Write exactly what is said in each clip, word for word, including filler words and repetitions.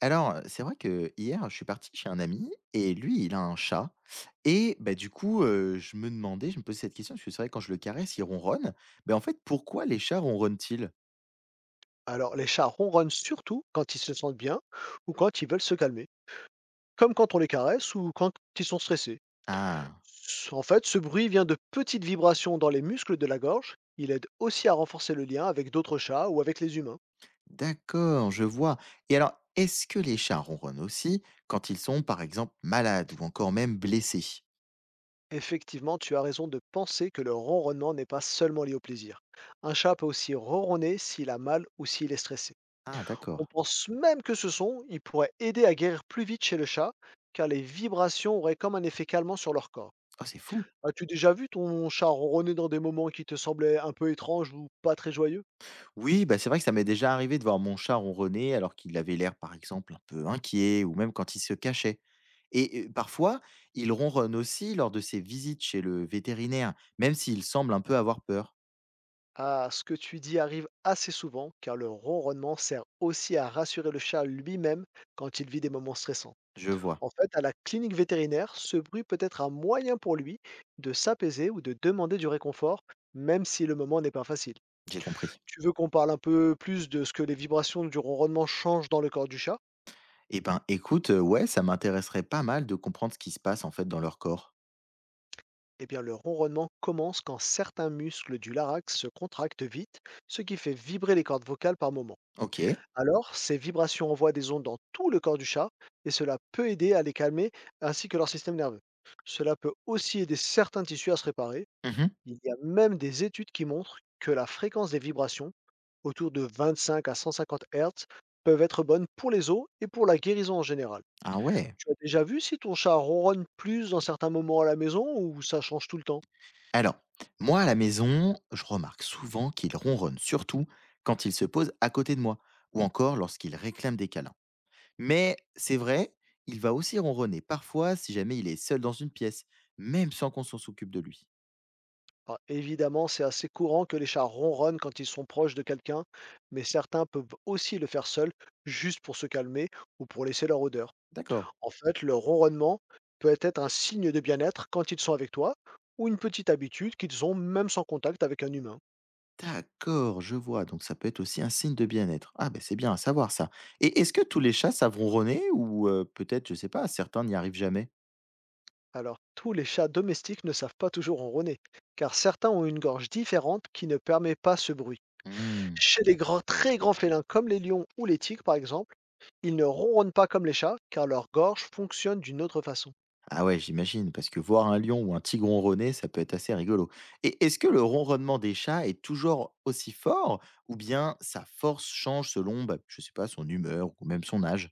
Alors, c'est vrai que hier, je suis parti chez un ami et lui, il a un chat et bah, du coup, heu, je me demandais, je me posais cette question parce que c'est vrai quand je le caresse, il ronronne. Mais en fait, pourquoi les chats ronronnent-ils? Alors, les chats ronronnent surtout quand ils se sentent bien ou quand ils veulent se calmer, comme quand on les caresse ou quand ils sont stressés. Ah, S- En fait, ce bruit vient de petites vibrations dans les muscles de la gorge. Il aide aussi à renforcer le lien avec d'autres chats ou avec les humains. d'accord, je vois et alors, est-ce que les chats ronronnent aussi quand ils sont, par exemple, malades ou encore même blessés? Effectivement, tu as raison de penser que le ronronnement n'est pas seulement lié au plaisir. Un chat peut aussi ronronner s'il a mal ou s'il est stressé. Ah On d'accord. pense même que ce son, il pourrait aider à guérir plus vite chez le chat, car les vibrations auraient comme un effet calmant sur leur corps. Oh, c'est fou! As-tu déjà vu ton chat ronronner dans des moments qui te semblaient un peu étranges ou pas très joyeux? Oui, bah, c'est vrai que ça m'est déjà arrivé de voir mon chat ronronner alors qu'il avait l'air, par exemple, un peu inquiet ou même quand il se cachait. Et euh, parfois, il ronronne aussi lors de ses visites chez le vétérinaire, même s'il semble un peu avoir peur. Ah, ce que tu dis arrive assez souvent, car le ronronnement sert aussi à rassurer le chat lui-même quand il vit des moments stressants. Je vois, En fait, à la clinique vétérinaire, ce bruit peut être un moyen pour lui de s'apaiser ou de demander du réconfort, même si le moment n'est pas facile. j'ai compris. Tu veux qu'on parle un peu plus de ce que les vibrations du ronronnement changent dans le corps du chat? Eh ben, écoute, euh, ouais, ça m'intéresserait pas mal de comprendre ce qui se passe en fait dans leur corps. Eh bien, le ronronnement commence quand certains muscles du larynx se contractent vite, ce qui fait vibrer les cordes vocales par moment. Ok. Alors, ces vibrations envoient des ondes dans tout le corps du chat, et cela peut aider à les calmer ainsi que leur système nerveux. Cela peut aussi aider certains tissus à se réparer. Mhm. Il y a même des études qui montrent que la fréquence des vibrations, autour de vingt-cinq à cent cinquante hertz, peuvent être bonnes pour les os et pour la guérison en général. Ah ouais. Tu as déjà vu si ton chat ronronne plus dans certains moments à la maison ou ça change tout le temps? Alors, moi à la maison, je remarque souvent qu'il ronronne surtout quand il se pose à côté de moi, ou encore lorsqu'il réclame des câlins. Mais c'est vrai, il va aussi ronronner parfois si jamais il est seul dans une pièce, même sans qu'on s'en s'occupe de lui. Alors évidemment, c'est assez courant que les chats ronronnent quand ils sont proches de quelqu'un, mais certains peuvent aussi le faire seuls, juste pour se calmer ou pour laisser leur odeur. D'accord. En fait, le ronronnement peut être un signe de bien-être quand ils sont avec toi, ou une petite habitude qu'ils ont même sans contact avec un humain. D'accord, je vois. Donc ça peut être aussi un signe de bien-être. Ah ben c'est bien à savoir ça. Et est-ce que tous les chats savent ronronner ou euh, peut-être, je sais pas, certains n'y arrivent jamais? Alors, tous les chats domestiques ne savent pas toujours ronronner, car certains ont une gorge différente qui ne permet pas ce bruit. Hmm. Chez les grands, très grands félins comme les lions ou les tigres par exemple, ils ne ronronnent pas comme les chats, car leur gorge fonctionne d'une autre façon. Ah ouais, j'imagine, parce que voir un lion ou un tigre ronronner, ça peut être assez rigolo. Et est-ce que le ronronnement des chats est toujours aussi fort ou bien sa force change selon, bah, je sais pas, son humeur ou même son âge?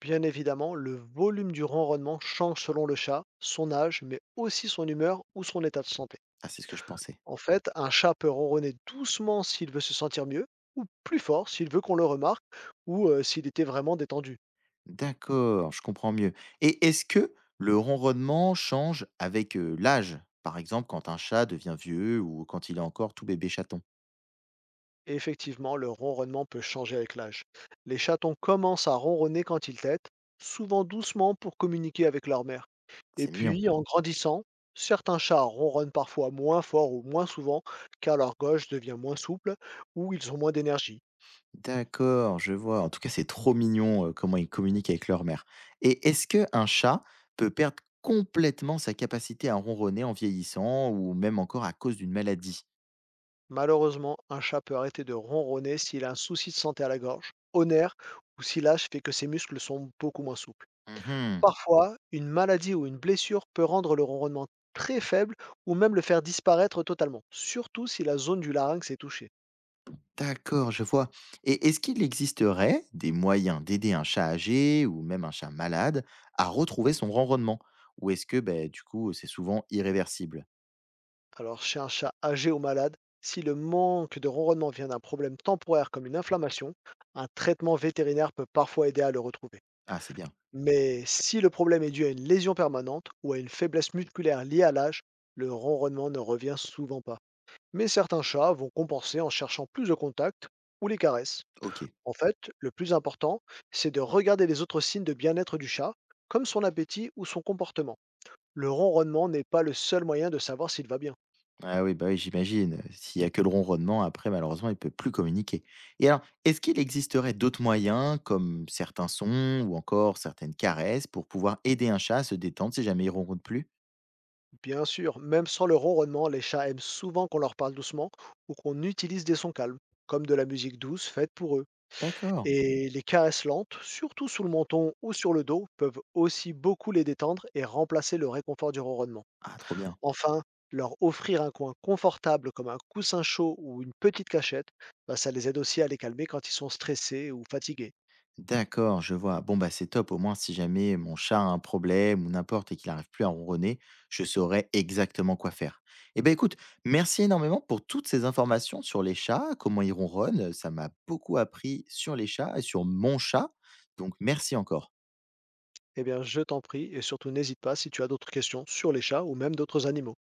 Bien évidemment, le volume du ronronnement change selon le chat, son âge, mais aussi son humeur ou son état de santé. Ah c'est ce que je pensais. En fait, un chat peut ronronner doucement s'il veut se sentir mieux, ou plus fort s'il veut qu'on le remarque, ou euh, s'il était vraiment détendu. D'accord, je comprends mieux. Et est-ce que le ronronnement change avec, heu, l'âge? Par exemple, quand un chat devient vieux ou quand il est encore tout bébé chaton? Et effectivement, le ronronnement peut changer avec l'âge. Les chatons commencent à ronronner quand ils têtent, souvent doucement pour communiquer avec leur mère. Et C'est mignon. puis, en grandissant, certains chats ronronnent parfois moins fort ou moins souvent, car leur gauche devient moins souple, ou ils ont moins d'énergie. D'accord, je vois. En tout cas, c'est trop mignon, heu, comment ils communiquent avec leur mère. Et est-ce que un chat peut perdre complètement sa capacité à ronronner en vieillissant ou même encore à cause d'une maladie? Malheureusement, un chat peut arrêter de ronronner s'il a un souci de santé à la gorge, au nerf ou si l'âge fait que ses muscles sont beaucoup moins souples. Mmh. Parfois, une maladie ou une blessure peut rendre le ronronnement très faible ou même le faire disparaître totalement, surtout si la zone du larynx est touchée. D'accord, je vois. Et est-ce qu'il existerait des moyens d'aider un chat âgé ou même un chat malade à retrouver son ronronnement? Ou est-ce que, ben, du coup, c'est souvent irréversible? Alors chez un chat âgé ou malade, si le manque de ronronnement vient d'un problème temporaire comme une inflammation, un traitement vétérinaire peut parfois aider à le retrouver. Ah, c'est bien. Mais si le problème est dû à une lésion permanente ou à une faiblesse musculaire liée à l'âge, le ronronnement ne revient souvent pas. Mais certains chats vont compenser en cherchant plus de contact ou les caresses. Ok. En fait, le plus important, c'est de regarder les autres signes de bien-être du chat, comme son appétit ou son comportement. Le ronronnement n'est pas le seul moyen de savoir s'il va bien. Ah oui, bah oui, j'imagine. S'il n'y a que le ronronnement, après, malheureusement, il ne peut plus communiquer. Et alors, est-ce qu'il existerait d'autres moyens, comme certains sons ou encore certaines caresses, pour pouvoir aider un chat à se détendre si jamais il ronronne plus? Bien sûr, même sans le ronronnement, les chats aiment souvent qu'on leur parle doucement ou qu'on utilise des sons calmes, comme de la musique douce faite pour eux. D'accord. Et les caresses lentes, surtout sous le menton ou sur le dos, peuvent aussi beaucoup les détendre et remplacer le réconfort du ronronnement. Ah, trop bien. Enfin, leur offrir un coin confortable comme un coussin chaud ou une petite cachette, bah, ça les aide aussi à les calmer quand ils sont stressés ou fatigués. D'accord, je vois. Bon, bah, c'est top. Au moins, si jamais mon chat a un problème ou n'importe et qu'il n'arrive plus à ronronner, je saurai exactement quoi faire. Eh ben, écoute, merci énormément pour toutes ces informations sur les chats, comment ils ronronnent. Ça m'a beaucoup appris sur les chats et sur mon chat. Donc, merci encore. Eh bien, je t'en prie et surtout n'hésite pas si tu as d'autres questions sur les chats ou même d'autres animaux.